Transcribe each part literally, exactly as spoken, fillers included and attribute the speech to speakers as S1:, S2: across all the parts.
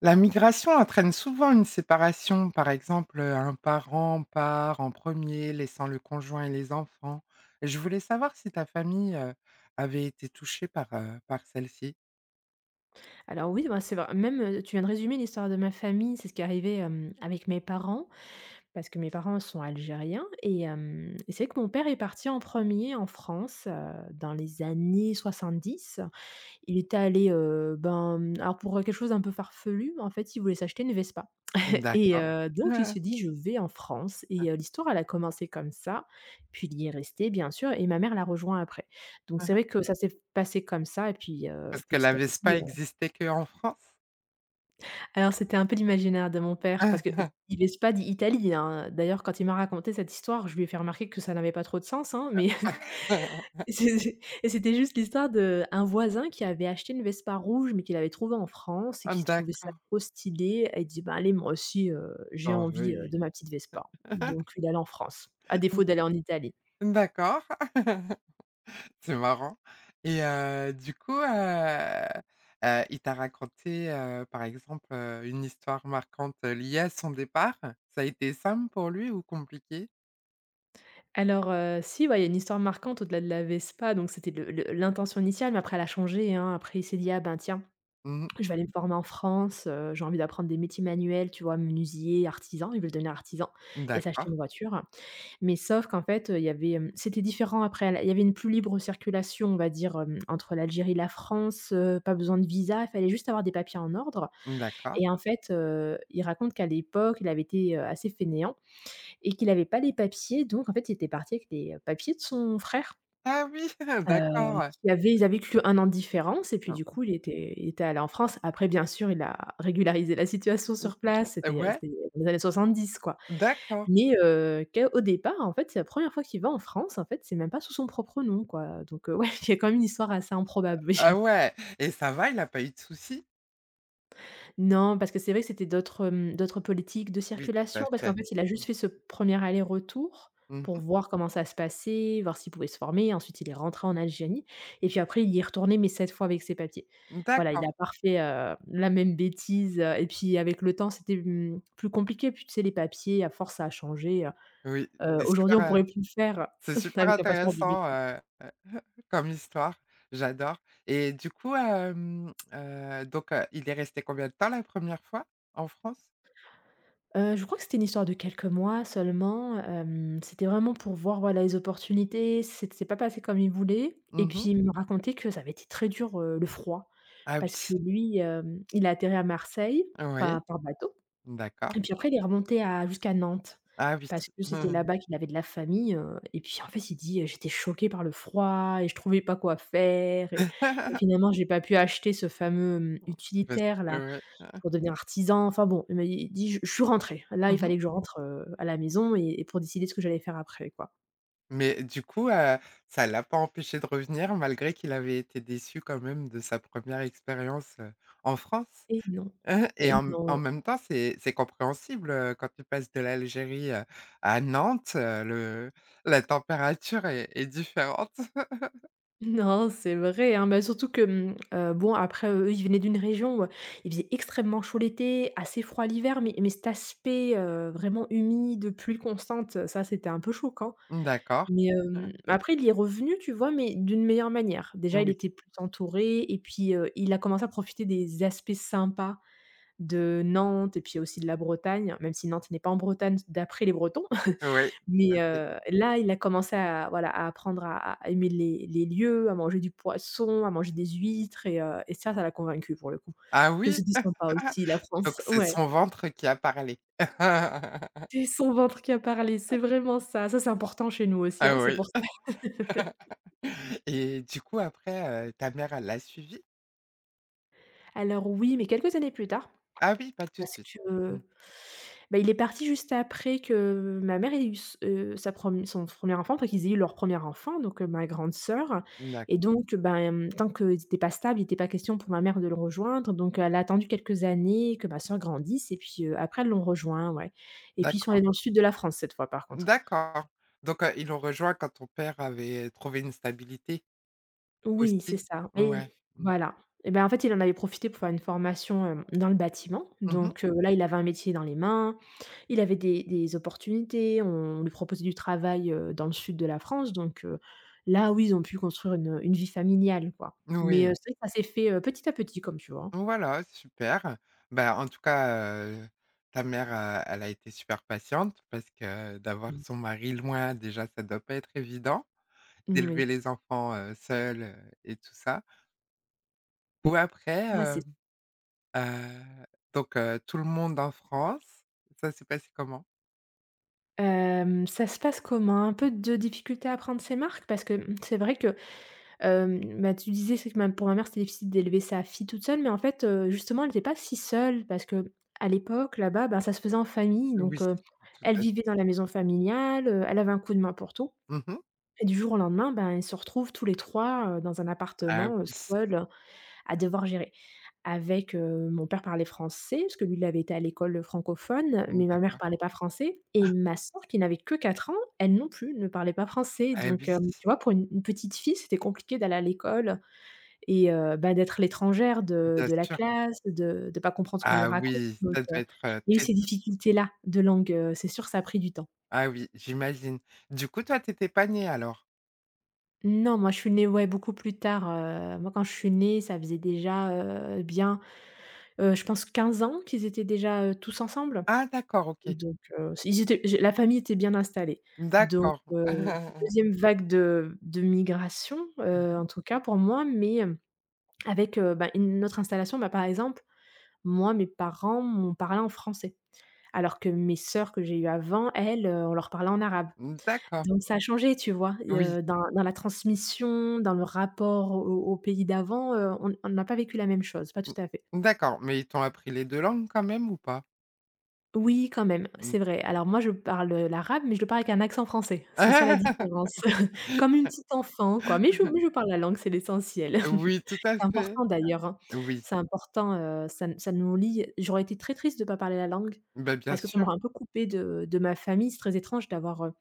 S1: La migration entraîne souvent une séparation. Par exemple, euh, un parent part en premier, laissant le conjoint et les enfants. Je voulais savoir si ta famille, heu, avait été touchée par, heu, par celle-ci?
S2: Alors oui, ben, c'est vrai. Même, heu, tu viens de résumer l'histoire de ma famille, c'est ce qui est arrivé, hem, avec mes parents, parce que mes parents sont algériens et hem et c'est vrai que mon père est parti en premier en France, heu, dans les années soixante-dix. Il était allé, heu, ben, alors pour, quelque chose d'un peu farfelu, en fait, il voulait s'acheter une Vespa et
S1: D'accord.
S2: heu, donc il se dit: «Je vais en France» et heu, l'histoire, elle a commencé comme ça, puis il y est resté, bien sûr et ma mère l'a rejoint après. Donc c'est vrai que ça s'est passé comme ça et puis, heu,
S1: Parce qu'elle
S2: petit à
S1: n'avait
S2: petit.
S1: pas existé qu'en France?
S2: Alors, c'était un peu l'imaginaire de mon père parce qu'il laisse pas dit Italie, hein. D'ailleurs, quand il m'a raconté cette histoire, je lui ai fait remarquer que ça n'avait pas trop de sens, hein, mais c'est et c'était juste l'histoire d'un voisin qui avait acheté une Vespa rouge, mais qu'il avait trouvée en France et qui trouvait ça
S1: D'accord.
S2: trop stylé et il dit: «Bah, allez, moi aussi, heu, j'ai
S1: Ah
S2: envie, heu,
S1: oui.
S2: de ma petite Vespa». Donc il allait en France, à défaut d'aller en Italie.
S1: D'accord. C'est marrant et heu, du coup, heu heu, il t'a raconté, heu, par exemple, heu, une histoire marquante, liée à son départ? Ça a été simple pour lui ou compliqué?
S2: Alors, heu, si, ouais, il y a une histoire marquante au-delà de la Vespa, donc c'était le le l'intention initiale, mais après elle a changé, hein. Après, il s'est dit: «Ah ben, tiens,
S1: Mmh.
S2: je vais aller me former en France, heu, j'ai envie d'apprendre des métiers manuels, tu vois? Menuisier, artisan, ils veulent devenir artisan et
S1: D'accord,
S2: s'acheter une voiture. Mais sauf qu'en fait, heu, il y avait, hem, c'était différent après la il y avait une plus libre circulation, on va dire, hem, entre l'Algérie et la France, heu, pas besoin de visa, il fallait juste avoir des papiers en ordre
S1: d'accord.
S2: et en fait, heu, il raconte qu'à l'époque, il avait été, heu, assez fainéant et qu'il n'avait pas les papiers donc en fait, il était parti avec les, heu, papiers de son frère.
S1: Ah oui,
S2: Heu,
S1: d'accord, heu,
S2: qui avait ils avaient qu'un an de différence et puis du
S1: mmh,
S2: coup, il était il était allé en France. Après bien sûr, il a régularisé la situation sur place,
S1: mmh,
S2: c'était
S1: ouais,
S2: c'était les années soixante-dix, quoi.
S1: d'accord.
S2: Mais heu, qu'au départ, en fait, c'est la première fois qu'il va en France, en fait, c'est même pas sous son propre nom, quoi, donc heu, ouais, il y a quand même une histoire assez improbable, oui.
S1: Ah ouais et ça va, il a pas eu de soucis?
S2: Non, parce que c'est vrai que c'était d'autres, hem, d'autres politiques de
S1: Oui, tout à
S2: circulation, parce qu'en
S1: fait.
S2: fait, il a
S1: Mmh.
S2: juste fait ce premier aller-retour
S1: Mmh.
S2: pour voir comment ça se passait, voir s'il pouvait se former. Ensuite, il est rentré en Algérie et puis après, il y est retourné, mais cette fois avec ses papiers. Voilà, il
S1: D'accord.
S2: a pas refait, heu, la même bêtise, heu et puis avec le temps, c'était, mmh, plus compliqué. Puis tu sais, les papiers, à force, ça a changé, heu.
S1: Oui,
S2: Heu,
S1: c'est
S2: aujourd'hui,
S1: super,
S2: on
S1: heu,
S2: pourrait plus le faire
S1: c'est super
S2: avec un passeport
S1: intéressant,
S2: biométrique.
S1: heu comme histoire, j'adore et du coup, hem, heu, donc heu, il est resté combien de temps la première fois en France?
S2: Heu, je crois que c'était une histoire de quelques mois seulement, hem, c'était vraiment pour voir, voilà, les opportunités, c'est c'est pas passé comme il voulait et puis
S1: Mmh.
S2: il me racontait que ça avait été très dur, heu, le froid,
S1: Ah oui,
S2: parce que lui, hem, il a atterri à Marseille,
S1: oui,
S2: enfin, par bateau
S1: d'accord.
S2: et puis après il est remonté à jusqu'à Nantes
S1: Ah oui.
S2: parce que c'était là-bas qu'il avait de la famille, heu et puis, en fait, il dit, heu: «J'étais choqué par le froid et je trouvais pas quoi faire et et finalement j'ai pas pu acheter ce fameux, hem,
S1: Parce
S2: utilitaire-là».
S1: ouais,
S2: Pour devenir artisan, enfin bon, il il dit: «Je je suis rentré. Là, il
S1: mmh.
S2: fallait que je rentre, heu, à la maison et et pour décider de ce que j'allais faire après», quoi.
S1: Mais du coup, heu, ça l'a pas empêché de revenir malgré qu'il avait été déçu quand même de sa première expérience, heu, en France?
S2: Et non,
S1: Heu et
S2: et
S1: en en
S2: non,
S1: même temps, c'est c'est compréhensible, heu, quand tu passes de l'Algérie, heu, à Nantes, heu, le la température est est différente.
S2: non, c'est vrai, hein, bah, surtout que, mmh, heu, bon après, eux, ils venaient d'une région où il faisait extrêmement chaud l'été, assez froid l'hiver, mais mais cet aspect, heu, vraiment humide, pluie constante, ça, c'était un peu choquant.
S1: D'accord.
S2: Mais,
S1: Mhm.
S2: hem, après il y est revenu, tu vois, mais d'une meilleure manière. Déjà, il
S1: Oui,
S2: était plus entouré et puis, heu, il a commencé à profiter des aspects sympas de Nantes et puis aussi de la Bretagne, même si Nantes n'est pas en Bretagne d'après les Bretons.
S1: oui, tout à
S2: Mais,
S1: fait.
S2: heu, là, il a commencé à voilà, à apprendre à à aimer les les lieux, à manger du poisson, à manger des huîtres et heu et ça, ça l'a convaincu pour le coup,
S1: Ah
S2: que
S1: oui?
S2: c'était sympa aussi la
S1: Donc
S2: France.
S1: c'est
S2: Ouais,
S1: son ventre qui a parlé.
S2: c'est son ventre qui a parlé, c'est vraiment ça. Ça, c'est important chez nous aussi,
S1: Ah
S2: hein, c'est
S1: oui
S2: pour ça.
S1: et du coup après, heu, ta mère elle l'a suivi?
S2: Alors oui, mais quelques années plus tard.
S1: Ah oui, pas tout de
S2: Parce
S1: suite. Mmh,
S2: que, bah, il est parti juste après que ma mère ait eu s heu, sa prem son premier enfant, après qu'ils aient eu leur premier enfant, donc heu, ma grande sœur
S1: d'acc
S2: et donc ben, tant qu'ils étaient pas stables, il était pas question pour ma mère de le rejoindre, donc elle a attendu quelques années que ma sœur grandisse et puis, heu, après elles l'ont rejoint, ouais, et puis ils sont
S1: d'accord,
S2: allés dans le sud de la France cette fois, par contre.
S1: d'accord. Donc, heu, ils l'ont rejoint quand ton père avait trouvé une stabilité
S2: Oui, c'est
S1: aussi?
S2: ça et
S1: Ouais. Mmh.
S2: voilà, et ben, en fait, il en avait profité pour faire une formation, hem, dans le bâtiment,
S1: Mmh.
S2: donc heu, là, il avait un métier dans les mains, il avait des des opportunités, on lui proposait du travail, heu, dans le sud de la France, donc heu, là, oui, ils ont pu construire une, une vie familiale, quoi, mais
S1: Oui,
S2: heu, c'est vrai que ça s'est fait, heu, petit à petit, comme tu vois?
S1: voilà, super. Bah, en tout cas, heu, ta mère, heu, elle a été super patiente parce que d'avoir
S2: Mmh.
S1: son mari loin, déjà, ça doit pas être évident.
S2: Moui.
S1: D'élever les enfants, heu, seule, heu et tout ça. Ou après,
S2: Ouais, c'est
S1: hem, heu, donc heu, tout le monde en France, ça s'est passé comment?
S2: hem, ça se passe comment? Un peu de difficulté à prendre ses marques parce que, mmh, c'est vrai que. Hem, bah, tu disais c'est que ma pour ma mère, c'était difficile d'élever sa fille toute seule, mais en fait, heu, justement, elle était pas si seule parce qu'à l'époque, là-bas, bah, ça se faisait en famille, donc
S1: Oui,
S2: heu,
S1: tout
S2: elle
S1: à fait.
S2: vivait dans la maison familiale, heu, elle avait un coup de main pour tout
S1: Mmh.
S2: et du jour au lendemain, ben, ils se retrouvent tous les trois, heu, dans un
S1: Ah oui,
S2: appartement, heu, seuls, à devoir gérer. Avec, heu, mon père parlait français parce que lui, il avait été à l'école, heu, francophone,
S1: mmh,
S2: mais ma mère
S1: d'accord.
S2: parlait pas français et ma sœur qui n'avait que quatre ans, elle non plus ne parlait pas français,
S1: Ah
S2: donc
S1: oui,
S2: hem, tu vois, pour une une petite fille, c'était compliqué d'aller à l'école. Et heu, bah, d'être l'étrangère de
S1: bien
S2: de la
S1: sûr.
S2: classe, de ne pas comprendre ce qu'on lui
S1: Ah
S2: raconte,
S1: oui,
S2: donc
S1: ça
S2: heu,
S1: doit être, heu,
S2: il y a eu
S1: très
S2: ces
S1: dur.
S2: difficultés-là de langue, heu, c'est sûr, ça a pris du temps.
S1: Ah oui, j'imagine. Du coup, toi, t'étais étais pas née alors?
S2: Non, moi, je suis née, ouais, beaucoup plus tard, heu, moi, quand je suis née, ça faisait déjà, heu, bien, heu, je pense quinze ans qu'ils étaient déjà, heu, tous ensemble,
S1: Ah d'accord, OK.
S2: donc heu, ils étaient j'ai la famille était bien installée, donc
S1: D'accord.
S2: heu, deuxième vague de de migration, heu, en tout cas pour moi, mais hem, avec, heu, bah, une autre installation, bah, par exemple. Moi, mes parents m'ont parlé en français, alors que mes sœurs que j'ai eues avant, elles, heu, on leur parlait en arabe.
S1: D'accord,
S2: Donc ça a changé, tu vois?
S1: oui.
S2: Heu, dans dans la transmission, dans le rapport au au pays d'avant, heu, on on n'a pas vécu la même chose, pas
S1: Mmh.
S2: tout à fait.
S1: D'accord, mais ils t'ont appris les deux langues quand même ou pas?
S2: Oui, quand même,
S1: Mmh.
S2: c'est vrai. Alors moi, je parle, heu, l'arabe, mais je le parle avec un accent français. C'est ça la différence. Comme une petite enfant, quoi. Mais je mais je parle la langue, c'est l'essentiel.
S1: Oui, tout à
S2: C'est
S1: fait.
S2: important d'ailleurs, hein.
S1: Oui,
S2: C'est important, heu, ça n ça nous lie. J'aurais été très triste de ne pas parler la langue,
S1: bah, bien
S2: parce que ça
S1: sûr,
S2: m'aurait un peu coupé de de ma famille. C'est très étrange d'avoir, heu,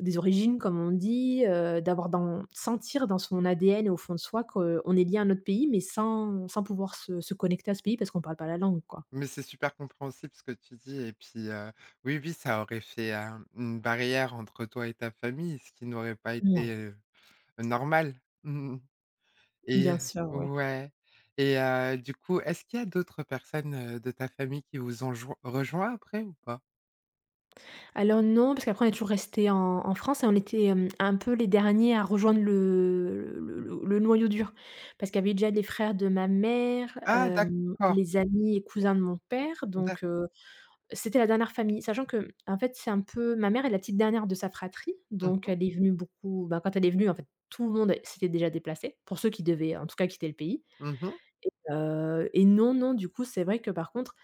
S2: des origines, comme on dit, heu, d'avoir dans sentir dans son A D N et au fond de soi qu'on est lié à un autre pays, mais sans sans pouvoir se se connecter à ce pays parce qu'on ne parle pas la langue, quoi.
S1: mais c'est super compréhensible ce que tu dis et puis, heu, oui, oui, ça aurait fait, heu, une barrière entre toi et ta famille, ce qui n'aurait pas été,
S2: Ouais,
S1: heu, normal. Mmh et
S2: bien sûr,
S1: heu
S2: ouais.
S1: ouais et heu, du coup, est-ce qu'il y a d'autres personnes, heu, de ta famille qui vous ont joint rejoint après ou pas?
S2: Alors non, parce qu'après on est toujours resté en en France et on était, hem, un peu les derniers à rejoindre le le le le noyau dur. Parce qu'il y avait déjà les frères de ma mère,
S1: Ah
S2: hem,
S1: d'accord,
S2: les amis et cousins de mon père, donc
S1: d'acc
S2: heu, c'était la dernière famille. Sachant que en fait, c'est un peu ma mère est la petite dernière de sa fratrie,
S1: mmh.
S2: donc
S1: Mh.
S2: elle est venue beaucoup bah, quand elle est venue, en fait, tout le monde s'était déjà déplacé, pour ceux qui devaient, en tout cas, quitter le pays.
S1: Mmh mh.
S2: Heu et non, non, du coup, c'est vrai que par contre,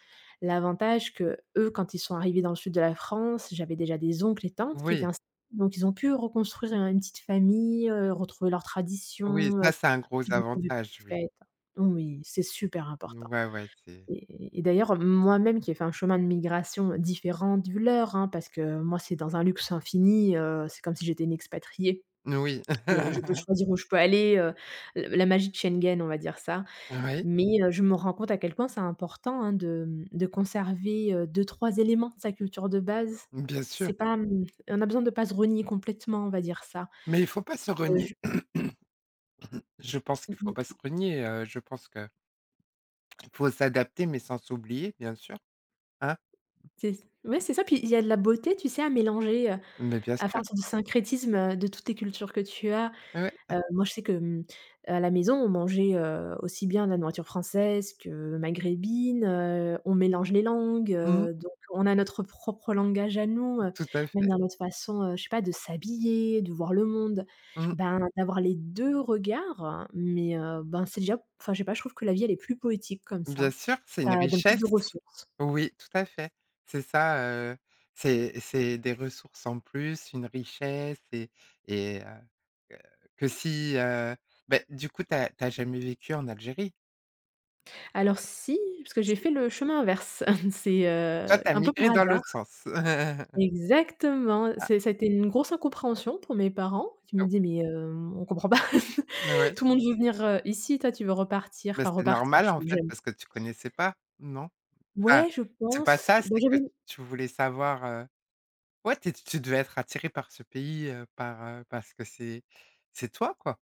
S2: l'avantage que eux, quand ils sont arrivés dans le sud de la France, j'avais déjà des oncles et tantes qui étaient
S1: Oui,
S2: installés, donc ils ont pu reconstruire un une petite famille, heu, retrouver leurs
S1: oui,
S2: traditions, heu,
S1: ça c'est un gros
S2: se retrouver pour
S1: avantage, oui.
S2: les fêtes. Oui, c'est super important
S1: Ouais, ouais, c'est
S2: et et d'ailleurs, moi-même qui ai fait un chemin de migration différent du leur, hein, parce que moi, c'est dans un luxe infini, heu, c'est comme si j'étais une expatriée
S1: oui.
S2: et heu, je peux choisir où je peux aller, heu, la la magie de Schengen, on va dire ça
S1: Oui,
S2: mais heu, je me rends compte à quel point c'est important, hein, de, mmh, de conserver, heu, deux trois éléments de sa culture de base.
S1: bien sûr,
S2: C'est pas, mmh, on a besoin de pas se renier complètement, on va dire ça.
S1: mais il faut pas se
S2: Heu,
S1: renier.
S2: je
S1: Je pense
S2: mmh
S1: qu'il faut
S2: mmh,
S1: pas se renier, heu, je pense qu'il faut s'adapter mais sans s'oublier, bien sûr, hein?
S2: c'est Ouais, c'est ça, puis il y a de la beauté, tu sais, à mélanger, heu,
S1: Mais bien
S2: à
S1: sûr,
S2: faire un du syncrétisme, heu, de toutes les cultures que tu as.
S1: oui. Oui,
S2: Heu, moi, je sais que, mmh, à la maison, on mangeait, heu, aussi bien la nourriture française que maghrébine, heu, on mélange les langues,
S1: mmh,
S2: heu, donc on a notre propre langage à nous, heu,
S1: tout à
S2: même
S1: fait.
S2: dans notre façon, heu, je sais pas, de s'habiller, de voir le monde.
S1: Mmh.
S2: Ben, d'avoir les deux regards, hein, mais heu, ben, c'est déjà enfin, je sais pas, je trouve que la vie, elle est plus poétique comme
S1: Bien
S2: ça.
S1: sûr, c'est
S2: Ça
S1: une
S2: donne plus
S1: richesse.
S2: de ressources.
S1: Oui, tout à fait. C'est ça, heu, c'est c'est des ressources en plus, une richesse et et heu, que que si, heu, beh, du coup, t'as t'as jamais vécu en Algérie?
S2: Alors si, parce que j'ai
S1: Si.
S2: fait le chemin inverse. C'est,
S1: Toi,
S2: heu,
S1: t'as
S2: un peu par
S1: migré dans
S2: hasard.
S1: l'autre sens.
S2: Exactement,
S1: Ah,
S2: c'est ça a été une grosse incompréhension pour mes parents qui me
S1: oh,
S2: disaient: «Mais, heu, on comprend pas,
S1: ouais. Ouais.
S2: tout le monde veut venir, heu, ici, toi tu veux repartir»
S1: Ben
S2: enfin
S1: c'est
S2: repartir,
S1: normal,
S2: je
S1: en
S2: suis
S1: fait,
S2: jeune.
S1: parce que tu connaissais pas, non? Enfin,
S2: Ouais, je
S1: c'est pas
S2: pense,
S1: ça,
S2: bah,
S1: c'est que
S2: j'avais une
S1: tu voulais savoir, heu, ouais, tu tu devais être attiré par ce pays, heu, par, heu, parce que c'est c'est toi, quoi.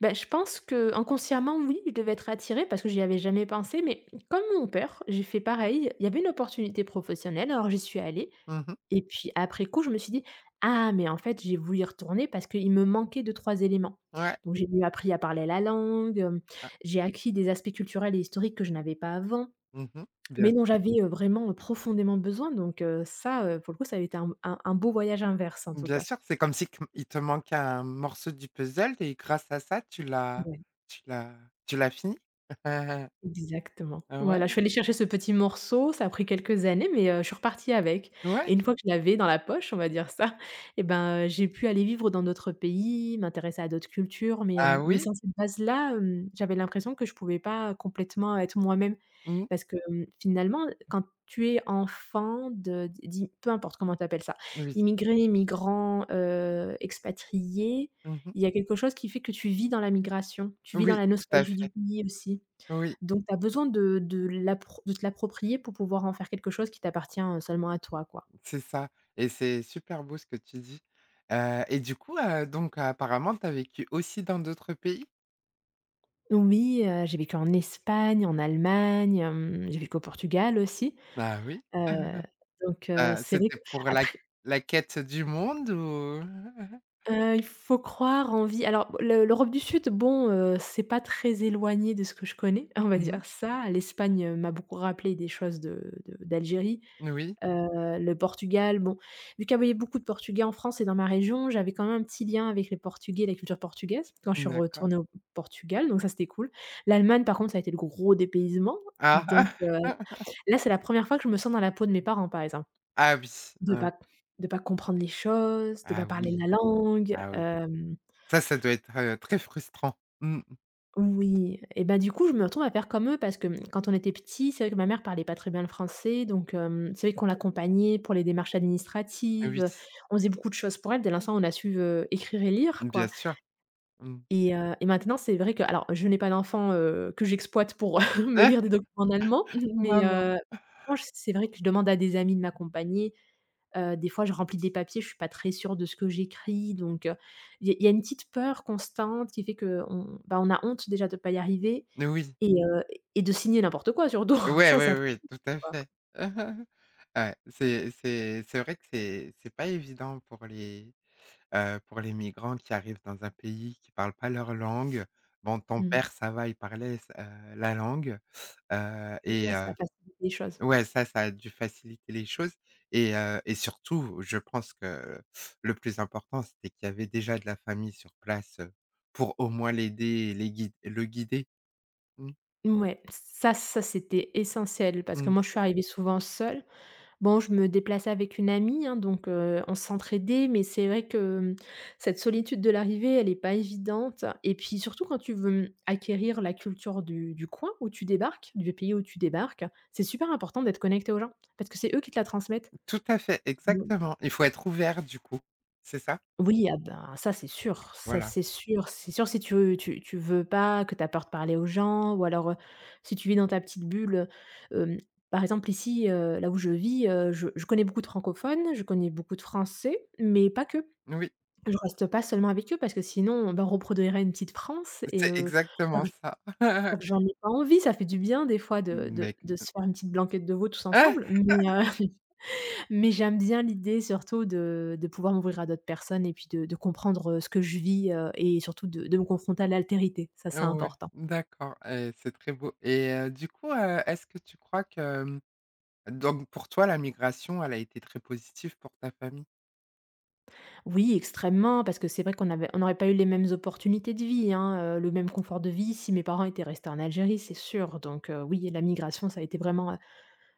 S2: bah, je pense qu'inconsciemment, oui, je devais être attirée parce que j'y avais jamais pensé, mais comme mon père, j'ai fait pareil. Il y avait une opportunité professionnelle, alors j'y suis allée.
S1: Mmh.
S2: Et puis après coup, je me suis dit: «Ah mais en fait, j'ai voulu y retourner parce qu'il me manquait deux trois éléments».
S1: Ouais.
S2: Donc j'ai mieux appris à parler la langue, hem,
S1: Ah,
S2: j'ai acquis des aspects culturels et historiques que je n'avais pas avant,
S1: mmh. Bien
S2: mais dont
S1: sûr,
S2: j'avais, heu, vraiment euh, profondément besoin donc heu, ça, heu, pour le coup, ça avait été un un un beau voyage inverse en tout
S1: bien
S2: cas.
S1: sûr, c'est comme si comme il te manquait un morceau du puzzle et grâce à ça, tu l'as tu l'as tu l'as fini?
S2: Exactement.
S1: Ah, ouais,
S2: Voilà, je suis allée chercher ce petit morceau, ça a pris quelques années, mais heu, je suis repartie avec.
S1: ouais.
S2: Et une fois que je l'avais dans la poche, on va dire ça, et ben, heu, j'ai pu aller vivre dans d'autres pays, m'intéresser à d'autres cultures, mais
S1: Ah
S2: hem, mais
S1: oui,
S2: sans cette base-là, hem, j'avais l'impression que je pouvais pas complètement être moi-même
S1: mmh,
S2: parce que, hem, finalement, quand tu es enfant de d'i peu importe comment tu appelles ça,
S1: oui.
S2: immigré, migrant, heu, expatrié,
S1: Mmh.
S2: il y a quelque chose qui fait que tu vis dans la migration, tu vis dans
S1: Oui,
S2: la
S1: tout à
S2: nostalgie du
S1: fait.
S2: pays aussi.
S1: Oui,
S2: Donc tu as besoin de de l'appro de te l'approprier pour pouvoir en faire quelque chose qui t'appartient, heu, seulement à toi, quoi.
S1: c'est ça et c'est super beau ce que tu dis, heu et du coup, heu, donc apparemment, tu as vécu aussi dans d'autres pays?
S2: Oui, heu, j'ai vécu en Espagne, en Allemagne, hem, j'ai vécu au Portugal aussi,
S1: Ah oui.
S2: heu, donc heu,
S1: Heu,
S2: c'est vrai
S1: c'était pour la
S2: qu'après.
S1: la quête du monde ou?
S2: Heu, il faut croire en vie alors le l'Europe du Sud, bon, heu, c'est pas très éloigné de ce que je connais, on va
S1: Mmh.
S2: dire ça. L'Espagne, heu, m'a beaucoup rappelé des choses de de d'Algérie.
S1: Oui,
S2: Heu, le Portugal, bon, vu qu'il y avait beaucoup de Portugais en France et dans ma région, j'avais quand même un petit lien avec les Portugais, la culture portugaise, quand je suis
S1: d'accord.
S2: retournée au Portugal, donc ça, c'était cool. L'Allemagne, par contre, ça a été le gros dépaysement, donc
S1: Ah!
S2: heu, là, c'est la première fois que je me sens dans la peau de mes parents, par exemple.
S1: Ah oui,
S2: De
S1: heu,
S2: pas de pas comprendre les choses, de
S1: ah
S2: pas parler
S1: oui,
S2: la langue,
S1: ah oui.
S2: hem.
S1: Ça, ça doit être, heu, très frustrant. Mmh,
S2: Oui et bah, du coup, je me retrouve à faire comme eux parce que, mmh, quand on était petit, c'est vrai que ma mère parlait pas très bien le français donc hem, c'est vrai qu'on l'accompagnait pour les démarches
S1: oui,
S2: administratives, on faisait beaucoup de choses pour elle dès l'instant où on a su, heu, écrire et lire,
S1: bien
S2: quoi.
S1: sûr. Mmh.
S2: Et heu et maintenant, c'est vrai que alors je n'ai pas d'enfant, heu, que j'exploite pour me lire des documents en allemand mais
S1: Non, non.
S2: heu, en revanche, c'est vrai que je demande à des amis de m'accompagner. Heu, des fois, je remplis des papiers, je suis pas très sûre de ce que j'écris, donc heu, il y a il y a une petite peur constante qui fait qu'on bah, on a honte déjà de pas y arriver
S1: Oui.
S2: et heu et de signer n'importe quoi surtout.
S1: Ouais, ouais,
S2: Ça, ça fait
S1: ouais, tout à
S2: peur.
S1: fait. Ouais, c'est c'est c'est vrai que c'est c'est pas évident pour les, heu, pour les migrants qui arrivent dans un pays qui parle pas leur langue. Bon, ton
S2: Mmh.
S1: père, ça va, il parlait s heu, la langue, heu et
S2: Ouais,
S1: heu
S2: ça facilite les choses.
S1: ouais, ça, ça a dû faciliter les choses et heu et surtout, je pense que le plus important, c'était qu'il y avait déjà de la famille sur place, heu, pour au moins l'aider et les guid le guider. Mmh,
S2: Ouais, ça ça, c'était essentiel parce que
S1: mmh.
S2: moi, je suis arrivée souvent seule. Bon, je me déplaçais avec une amie, hein, donc heu, on s'entraidait, mais c'est vrai que, mmh, cette solitude de l'arrivée, elle est pas évidente et puis surtout quand tu veux, mmh, acquérir la culture du du coin où tu débarques, du pays où tu débarques, c'est super important d'être connecté aux gens parce que c'est eux qui te la transmettent.
S1: Tout à fait, exactement. Il faut être ouvert du coup, c'est ça?
S2: Oui, ah ben, ça c'est sûr, ça
S1: Voilà.
S2: c'est sûr. C'est sûr si tu veux tu tu veux pas, que tu as peur de parler aux gens ou alors, heu, si tu vis dans ta petite bulle, heu, par exemple ici, heu, là où je vis, heu, je je connais beaucoup de francophones, je connais beaucoup de Français, mais pas que.
S1: Oui,
S2: Je reste pas seulement avec eux parce que sinon, ben, on reproduirait une petite France et
S1: c'est
S2: heu, pas
S1: exactement
S2: que j
S1: ça.
S2: pas que j'en ai pas envie, ça fait du bien des fois de de
S1: Mec.
S2: de se faire une petite blanquette de veau tous
S1: Ah!
S2: ensemble, mais heu mais j'aime bien l'idée surtout de de pouvoir m'ouvrir à d'autres personnes et puis de de comprendre, heu, ce que je vis, heu et surtout de de me confronter à l'altérité, ça, c'est
S1: Ouais,
S2: important.
S1: d'accord et c'est très beau et heu, du coup, heu, est-ce que tu crois que, mmh, donc pour toi, la migration, elle a été très positive pour ta famille?
S2: Oui, extrêmement, parce que c'est vrai qu'on avait on n'aurait pas eu les mêmes opportunités de vie, hein, heu, le même confort de vie si mes parents étaient restés en Algérie, c'est sûr. Donc heu, oui, la migration, ça a été vraiment, heu,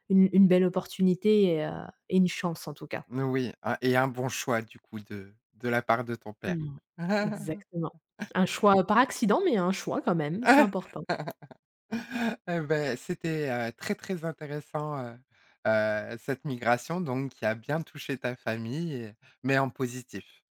S2: une une belle opportunité et heu et une chance, en tout cas.
S1: Oui, un et un bon choix du coup de de la part de ton père.
S2: Mmh. Exactement. Un choix par accident, mais un choix quand même, c'est important.
S1: Eh beh, c'était, heu, très, très intéressant, heu heu, cette migration donc qui a bien touché ta famille et mais en positif.